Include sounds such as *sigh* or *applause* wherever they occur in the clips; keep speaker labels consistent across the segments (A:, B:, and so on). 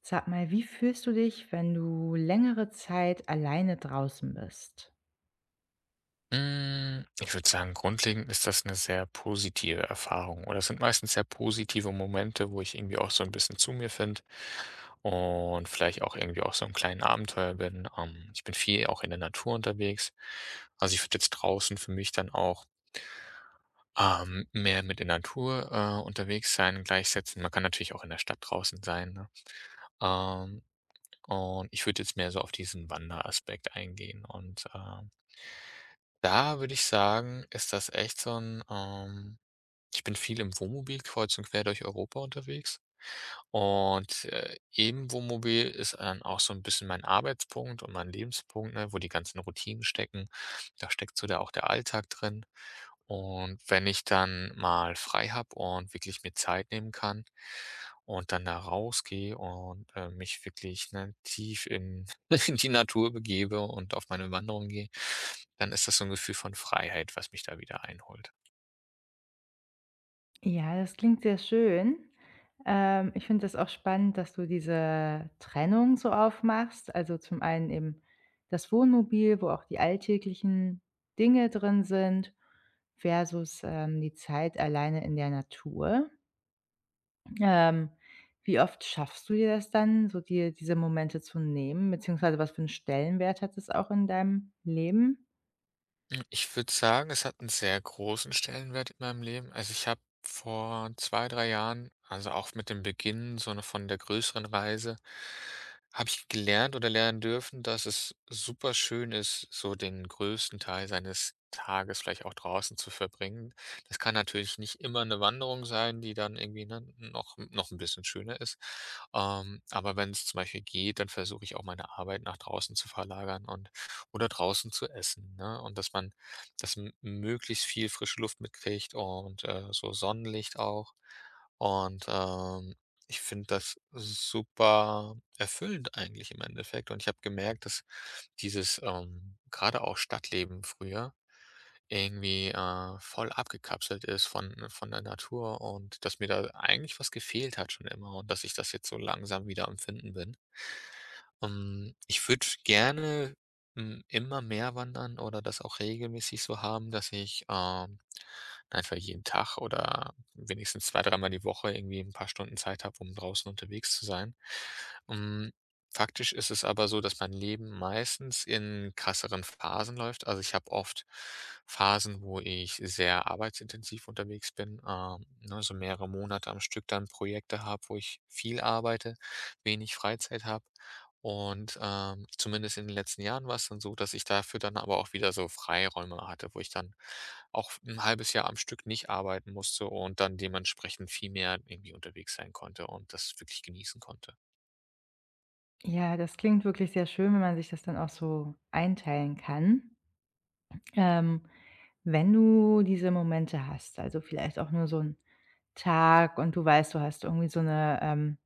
A: Sag mal, wie fühlst du dich, wenn du längere Zeit alleine draußen bist?
B: Ich würde sagen, grundlegend ist das eine sehr positive Erfahrung oder es sind meistens sehr positive Momente, wo ich irgendwie auch so ein bisschen zu mir finde und vielleicht auch irgendwie auch so 'nem kleinen Abenteuer bin. Ich bin viel auch in der Natur unterwegs. Also, ich würde jetzt draußen für mich dann auch, mehr mit der Natur, unterwegs sein gleichsetzen. Man kann natürlich auch in der Stadt draußen sein, ne? Ähm, und ich würde jetzt mehr so auf diesen Wanderaspekt eingehen. Da würde ich sagen, ist das echt so ein. Ich bin viel im Wohnmobil kreuz und quer durch Europa unterwegs und im Wohnmobil ist dann auch so ein bisschen mein Arbeitspunkt und mein Lebenspunkt, ne, wo die ganzen Routinen stecken. Da steckt so der auch der Alltag drin. Und wenn ich dann mal frei habe und wirklich mir Zeit nehmen kann und dann da rausgehe und mich wirklich, ne, tief in *laughs* in die Natur begebe und auf meine Wanderung gehe, dann ist das so 'n Gefühl von Freiheit, was mich da wieder einholt.
A: Ja, das klingt sehr schön. Ich finde das auch spannend, dass du diese Trennung so aufmachst. Also zum einen eben das Wohnmobil, wo auch die alltäglichen Dinge drin sind, versus die Zeit alleine in der Natur. Ähm, Wie oft schaffst du dir das dann, so dir diese Momente zu nehmen? Beziehungsweise was für einen Stellenwert hat es auch in deinem Leben?
B: Ich würde sagen, es hat einen sehr großen Stellenwert in meinem Leben. Also, ich habe vor 2, 3 Jahren, also auch mit dem Beginn so 'ne von der größeren Reise, habe ich gelernt oder lernen dürfen, dass es super schön ist, so den größten Teil seines Tages vielleicht auch draußen zu verbringen. Das kann natürlich nicht immer eine Wanderung sein, die dann irgendwie, ne, noch ein bisschen schöner ist. Aber wenn es zum Beispiel geht, dann versuche ich auch meine Arbeit nach draußen zu verlagern und oder draußen zu essen, ne? Und dass man dass m möglichst viel frische Luft mitkriegt und so Sonnenlicht auch. Und ich finde das super erfüllend eigentlich im Endeffekt. Und ich habe gemerkt, dass dieses grade auch Stadtleben früher irgendwie voll abgekapselt ist von der Natur und dass mir da eigentlich was gefehlt hat schon immer und dass ich das jetzt so langsam wieder am Finden bin. Ich würde gerne, immer mehr wandern oder das auch regelmäßig so haben, dass ich einfach jeden Tag oder wenigstens zwei, dreimal die Woche irgendwie ein paar Stunden Zeit habe, um draußen unterwegs zu sein. Hm, faktisch ist es aber so, dass mein Leben meistens in krasseren Phasen läuft. Also, ich habe oft Phasen, wo ich sehr arbeitsintensiv unterwegs bin, ne, so mehrere Monate am Stück dann Projekte habe, wo ich viel arbeite, wenig Freizeit habe. Und zumindest in den letzten Jahren war es dann so, dass ich dafür dann aber auch wieder so Freiräume hatte, wo ich dann auch ein halbes Jahr am Stück nicht arbeiten musste und dann dementsprechend viel mehr irgendwie unterwegs sein konnte und das wirklich genießen konnte.
A: Ja, das klingt wirklich sehr schön, wenn man sich das dann auch so einteilen kann. Ähm, Wenn du diese Momente hast, also vielleicht auch nur so ein Tag und du weißt, du hast irgendwie so eine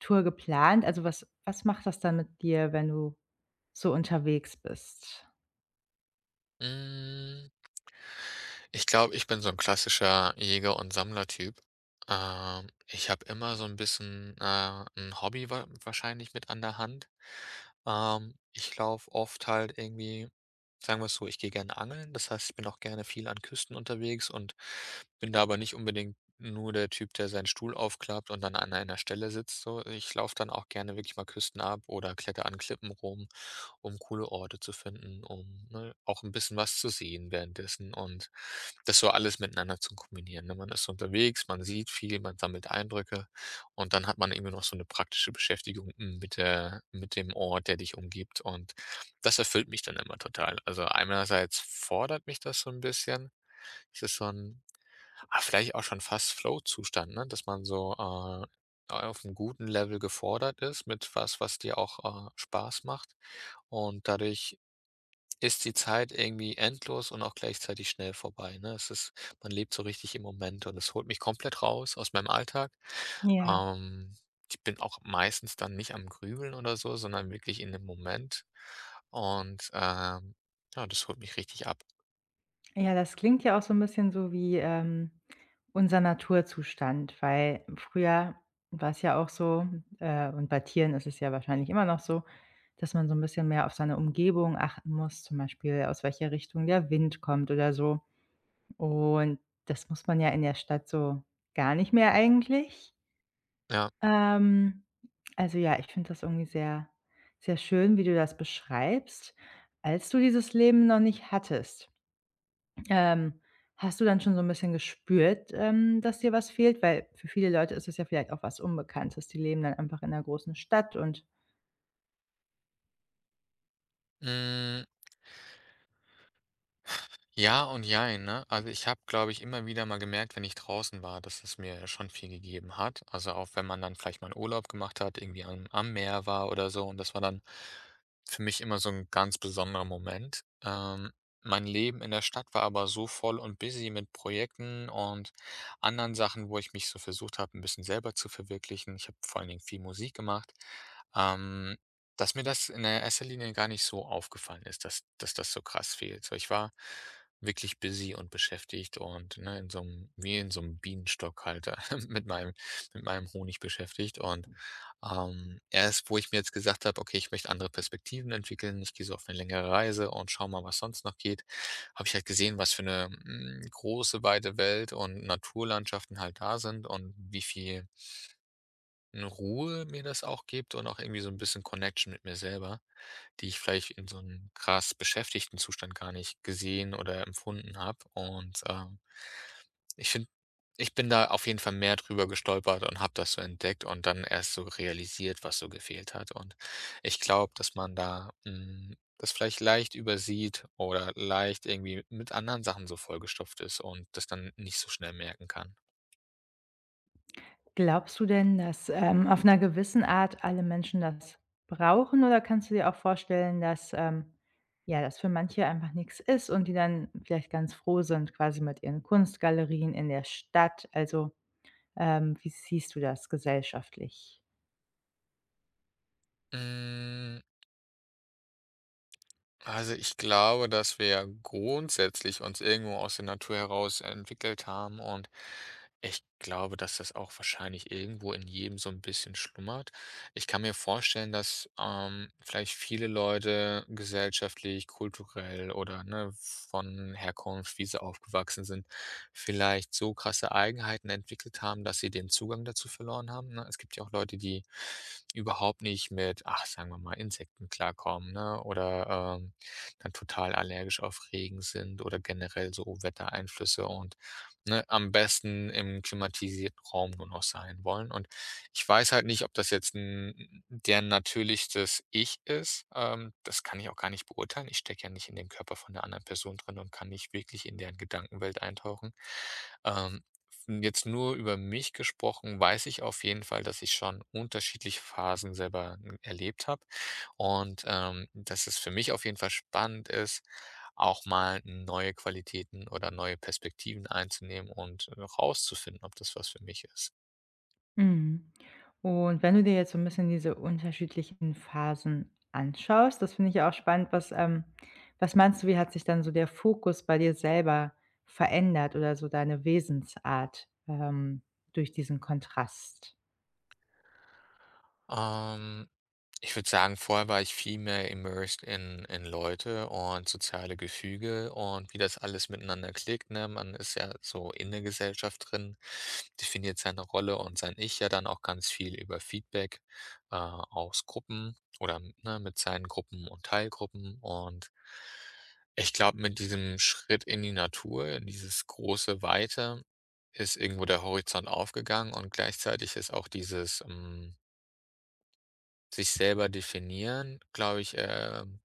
A: Tour geplant. Also, was macht das dann mit dir, wenn du so unterwegs bist?
B: Hm, ich glaube, ich bin so ein klassischer Jäger und Sammlertyp. Ich habe immer so ein bisschen, 'n Hobby wa wahrscheinlich mit an der Hand. Ich laufe oft halt irgendwie sagen wir es so, ich gehe gerne angeln. Das heißt, ich bin auch gerne viel an Küsten unterwegs und bin da aber nicht unbedingt nur der Typ, der seinen Stuhl aufklappt und dann an einer Stelle sitzt so. Ich laufe dann auch gerne wirklich mal Küsten ab oder klettere an Klippen rum um coole Orte zu finden, um, ne, auch ein bisschen was zu sehen währenddessen und das so alles miteinander zu kombinieren, ne? Man ist unterwegs, man sieht viel, man sammelt Eindrücke und dann hat man irgendwie noch so eine praktische Beschäftigung mit der mit dem Ort, der dich umgibt und das erfüllt mich dann immer total. Also, einerseits fordert mich das so ein bisschen. Es ist so ein vielleicht auch schon fast Flow-Zustand, ne? Dass man so, auf einem guten Level gefordert ist mit was, was dir auch, Spaß macht. Und dadurch ist die Zeit irgendwie endlos und auch gleichzeitig schnell vorbei, ne? Es ist man lebt so richtig im Moment und es holt mich komplett raus aus meinem Alltag.
A: Ja.
B: Ähm, ich bin auch meistens dann nicht am Grübeln oder so, sondern wirklich in dem Moment. Und ja, das holt mich richtig ab.
A: Ja, das klingt ja auch so ein bisschen so wie, unser Naturzustand, weil früher war es ja auch so, und bei Tieren ist es ja wahrscheinlich immer noch so, dass man so ein bisschen mehr auf seine Umgebung achten muss, zum Beispiel aus welcher Richtung der Wind kommt oder so. Und das muss man ja in der Stadt so gar nicht mehr eigentlich.
B: Ja.
A: Ähm, also ja, ich finde das irgendwie sehr, sehr schön, wie du das beschreibst, als du dieses Leben noch nicht hattest. Ähm, Hast du dann schon so 'n bisschen gespürt, dass dir was fehlt? Weil für viele Leute ist es ja vielleicht auch was Unbekanntes. Die leben dann einfach in 'ner großen Stadt und
B: Hm. Ja und jein, ne? Also, ich habe, glaube ich, immer wieder mal gemerkt, wenn ich draußen war, dass es mir schon viel gegeben hat. Also, auch wenn man dann vielleicht mal 'n Urlaub gemacht hat, irgendwie am Meer war oder so und das war dann für mich immer so ein ganz besonderer Moment. Mein Leben in der Stadt war aber so voll und busy mit Projekten und anderen Sachen, wo ich mich so versucht habe, ein bisschen selber zu verwirklichen. Ich habe vor allen Dingen viel Musik gemacht, ähm, dass mir das in der erster Linie gar nicht so aufgefallen ist, dass das so krass fehlt. So, ich war wirklich busy und beschäftigt und, ne, in so einem wie in so einem Bienenstock halt *laughs* mit meinem mit meinem Honig beschäftigt und, erst, wo ich mir jetzt gesagt habe: „Okay, ich möchte andere Perspektiven entwickeln, ich gehe so auf eine längere Reise und schau mal, was sonst noch geht“, habe ich halt gesehen, was für eine große, weite Welt und Naturlandschaften halt da sind und wie viel 'ne Ruhe mir das auch gibt und auch irgendwie so ein bisschen Connection mit mir selber, die ich vielleicht in so einem krass beschäftigten Zustand gar nicht gesehen oder empfunden habe. Und ich finde ich bin da auf jeden Fall mehr drüber gestolpert und habe das so entdeckt und dann erst so realisiert, was so gefehlt hat. Und ich glaube, dass man da, das vielleicht leicht übersieht oder leicht irgendwie mit anderen Sachen so vollgestopft ist und das dann nicht so schnell merken kann.
A: glaubst du denn, dass, auf 'ner gewissen Art alle Menschen das brauchen oder kannst du dir auch vorstellen, dass, ja, das für manche einfach nix ist und die dann vielleicht ganz froh sind quasi mit ihren Kunstgalerien in der Stadt? Also, wie siehst du das gesellschaftlich?
B: Hm. Also ich glaube, dass wir ja grundsätzlich uns irgendwo aus der Natur heraus entwickelt haben und ich glaube, dass das auch wahrscheinlich irgendwo in jedem so ein bisschen schlummert. Ich kann mir vorstellen, dass vielleicht viele Leute gesellschaftlich, kulturell oder ne, von Herkunft, wie sie aufgewachsen sind, vielleicht so krasse Eigenheiten entwickelt haben, dass sie den Zugang dazu verloren haben. Ne? Es gibt ja auch Leute, die überhaupt nicht mit, ach, sagen wir mal, Insekten klarkommen, ne? Oder dann total allergisch auf Regen sind oder generell so Wettereinflüsse und, ne, am besten im klimatisierten Raum nur noch sein wollen. Und ich weiß halt nicht, ob das jetzt 'n deren natürlichstes Ich ist. Das kann ich auch gar nicht beurteilen. Ich stecke ja nicht in den Körper von der anderen Person drin und kann nicht wirklich in deren Gedankenwelt eintauchen. Ähm, jetzt nur über mich gesprochen, weiß ich auf jeden Fall, dass ich schon unterschiedliche Phasen selber, erlebt habe und, dass es für mich auf jeden Fall spannend ist, auch mal neue Qualitäten oder neue Perspektiven einzunehmen und, rauszufinden, ob das was für mich ist.
A: Mhm. Und wenn du dir jetzt so ein bisschen diese unterschiedlichen Phasen anschaust, das finde ich ja auch spannend, was, was meinst du, wie hat sich dann so der Fokus bei dir selber verändert oder so deine Wesensart, durch diesen Kontrast?
B: Ähm, ich würde sagen, vorher war ich viel mehr immersed in Leute und soziale Gefüge und wie das alles miteinander klickt, ne? Man ist ja so in der Gesellschaft drin, definiert seine Rolle und sein Ich ja dann auch ganz viel über Feedback, aus Gruppen oder, ne, mit seinen Gruppen und Teilgruppen. Und ich glaube, mit diesem Schritt in die Natur, in dieses große Weite, ist irgendwo der Horizont aufgegangen und gleichzeitig ist auch dieses sich selber definieren, glaube ich,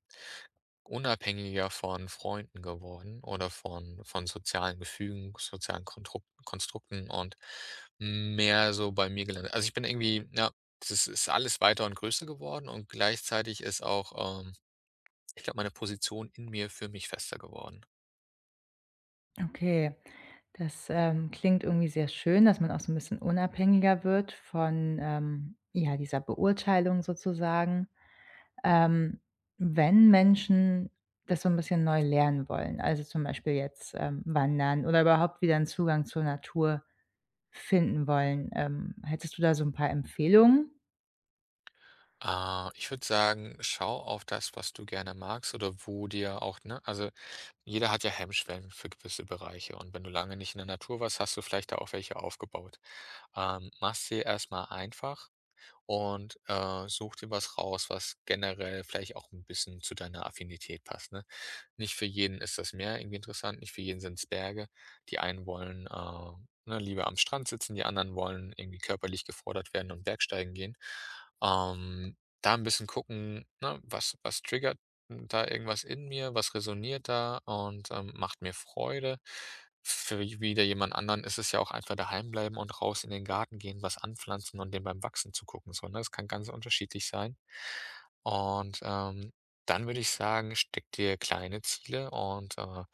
B: unabhängiger von Freunden geworden oder von sozialen Gefügen, sozialen Kontruk Konstrukten und mehr so bei mir gelandet. Also, ich bin irgendwie ja, das ist alles weiter und größer geworden und gleichzeitig ist auch, ich glaube, meine Position in mir für mich fester geworden.
A: Okay, das, klingt irgendwie sehr schön, dass man auch so ein bisschen unabhängiger wird von, ja, dieser Beurteilung sozusagen. ähm, Wenn Menschen das so ein bisschen neu lernen wollen, also zum Beispiel jetzt, wandern oder überhaupt wieder einen Zugang zur Natur finden wollen, hättest du da so ein paar Empfehlungen?
B: Ich würde sagen, schau auf das, was du gerne magst oder wo dir auch, ne also jeder hat ja Hemmschwellen für gewisse Bereiche und wenn du lange nicht in der Natur warst, hast du vielleicht da auch welche aufgebaut. Mach's dir erst mal einfach und, such dir was raus, was generell vielleicht auch ein bisschen zu deiner Affinität passt, ne? Nicht für jeden ist das Meer irgendwie interessant, nicht für jeden sind es Berge. Die einen wollen, ne, lieber am Strand sitzen, die anderen wollen irgendwie körperlich gefordert werden und Bergsteigen gehen. Da ein bisschen gucken, ne, was triggert da irgendwas in mir, was resoniert da und, macht mir Freude. Für wieder jemand anderen ist es ja auch einfach daheim bleiben und raus in den Garten gehen, was anpflanzen und dem beim Wachsen zu gucken. So, ne? Das kann ganz unterschiedlich sein. Und, ähm Dann würde ich sagen, steck dir kleine Ziele und,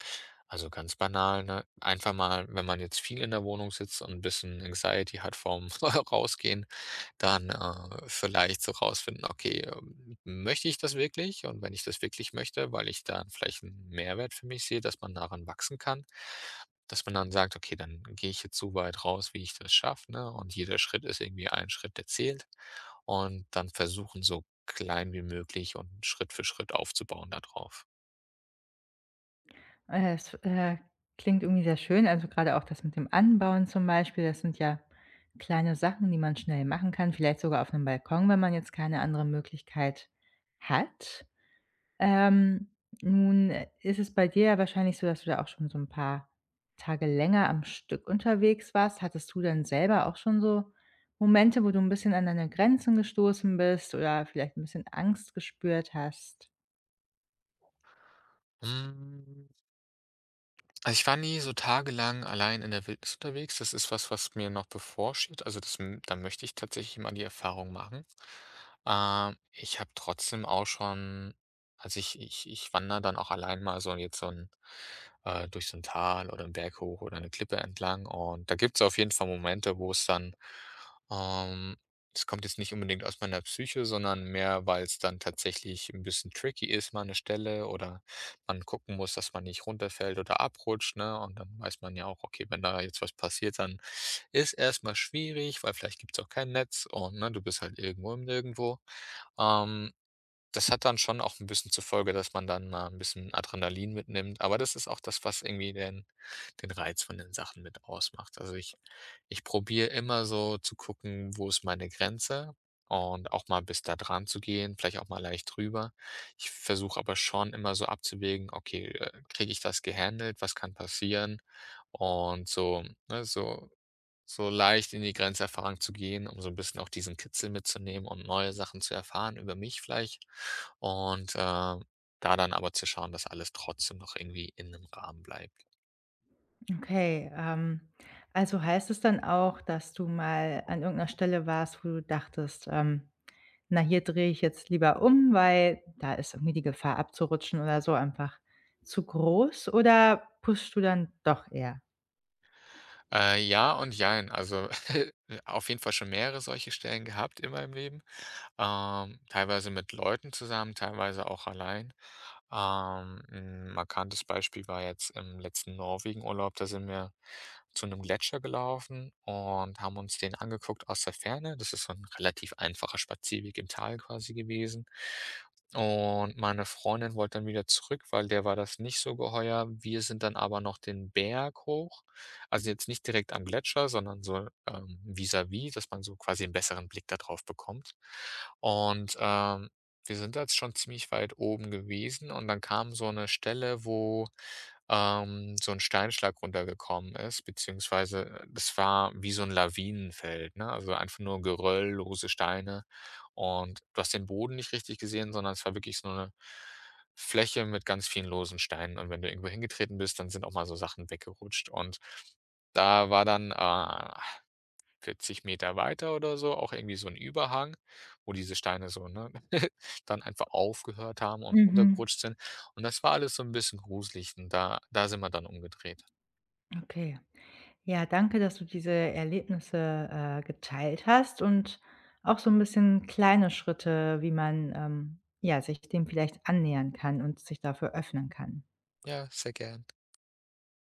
B: also ganz banal, ne, einfach mal, wenn man jetzt viel in der Wohnung sitzt und 'n bisschen Anxiety hat vom *laughs* Rausgehen, dann, vielleicht so rausfinden: „Okay, möchte ich das wirklich?“ Und wenn ich das wirklich möchte, weil ich da vielleicht einen Mehrwert für mich sehe, dass man daran wachsen kann, dass man dann sagt: „Okay, dann gehe ich jetzt so weit raus, wie ich das schaffe“, ne? Und jeder Schritt ist irgendwie ein Schritt, der zählt. Und dann versuchen, so klein wie möglich und Schritt für Schritt aufzubauen darauf.
A: Es, klingt irgendwie sehr schön, also gerade auch das mit dem Anbauen zum Beispiel, das sind ja kleine Sachen, die man schnell machen kann, vielleicht sogar auf einem Balkon, wenn man jetzt keine andere Möglichkeit hat. Ähm, Nun ist es bei dir ja wahrscheinlich so, dass du da auch schon so ein paar Tage länger am Stück unterwegs warst. Hattest du dann selber auch schon so Momente, wo du ein bisschen an deine Grenzen gestoßen bist oder vielleicht ein bisschen Angst gespürt hast?
B: Also, ich war nie so tagelang allein in der Wildnis unterwegs. Das ist was, was mir noch bevorsteht. Also, das m da möchte ich tatsächlich mal die Erfahrung machen. Ich habe trotzdem auch schon also, ich wandere dann auch allein mal so jetzt so 'n durch so ein Tal oder einen Berg hoch oder eine Klippe entlang, und da gibt es auf jeden Fall Momente, wo es dann ähm, es kommt jetzt nicht unbedingt aus meiner Psyche, sondern mehr, weil es dann tatsächlich ein bisschen tricky ist, mal eine Stelle oder man gucken muss, dass man nicht runterfällt oder abrutscht, ne? Und dann weiß man ja auch, okay, wenn da jetzt was passiert, dann ist erstmal schwierig, weil vielleicht gibt's auch kein Netz und, ne, du bist halt irgendwo im Nirgendwo. Ähm, Das hat dann schon auch ein bisschen zur Folge, dass man dann mal ein bisschen Adrenalin mitnimmt, aber das ist auch das, was irgendwie den Reiz von den Sachen mit ausmacht. Also, ich probiere immer so zu gucken, wo ist meine Grenze und auch mal bis da dran zu gehen, vielleicht auch mal leicht drüber. Ich versuche aber schon immer so abzuwägen: „Okay, kriege ich das gehandelt? Was kann passieren?“ Und so, ne, so leicht in die Grenzerfahrung zu gehen, um so ein bisschen auch diesen Kitzel mitzunehmen und neue Sachen zu erfahren über mich vielleicht und, da dann aber zu schauen, dass alles trotzdem noch irgendwie in 'nem Rahmen bleibt.
A: Okay, also heißt es dann auch, dass du mal an irgendeiner Stelle warst, wo du dachtest, „Na, hier drehe ich jetzt lieber um, weil da ist irgendwie die Gefahr abzurutschen oder so einfach zu groß“, oder pushst du dann doch eher?
B: Ja und jein. Also, *laughs* auf jeden Fall schon mehrere solche Stellen gehabt in meinem Leben, teilweise mit Leuten zusammen, teilweise auch allein. 'N markantes Beispiel war jetzt im letzten Norwegen-Urlaub, da sind wir zu einem Gletscher gelaufen und haben uns den angeguckt aus der Ferne. Das ist so ein relativ einfacher Spazierweg im Tal quasi gewesen. Und meine Freundin wollte dann wieder zurück, weil der war das nicht so geheuer. Wir sind dann aber noch den Berg hoch, also jetzt nicht direkt am Gletscher, sondern so, vis-à-vis, dass man so quasi 'n besseren Blick darauf bekommt. Und, ähm Wir sind da jetzt schon ziemlich weit oben gewesen, und dann kam so eine Stelle, wo, so ein Steinschlag runtergekommen ist, beziehungsweise das war wie so ein Lawinenfeld, ne? Also, einfach nur Geröll, lose Steine, und du hast den Boden nicht richtig gesehen, sondern es war wirklich so eine Fläche mit ganz vielen losen Steinen, und wenn du irgendwo hingetreten bist, dann sind auch mal so Sachen weggerutscht. Und da war dann, 40 Meter weiter oder so, auch irgendwie so ein Überhang, wo diese Steine so, ne, *laughs* dann einfach aufgehört haben und
A: Mhm,
B: runtergerutscht sind. Und das war alles so ein bisschen gruselig, und da sind wir dann umgedreht.
A: okay. Ja, danke, dass du diese Erlebnisse, geteilt hast und auch so ein bisschen kleine Schritte, wie man, ja, sich dem vielleicht annähern kann und sich dafür öffnen kann.
B: Ja, sehr gern.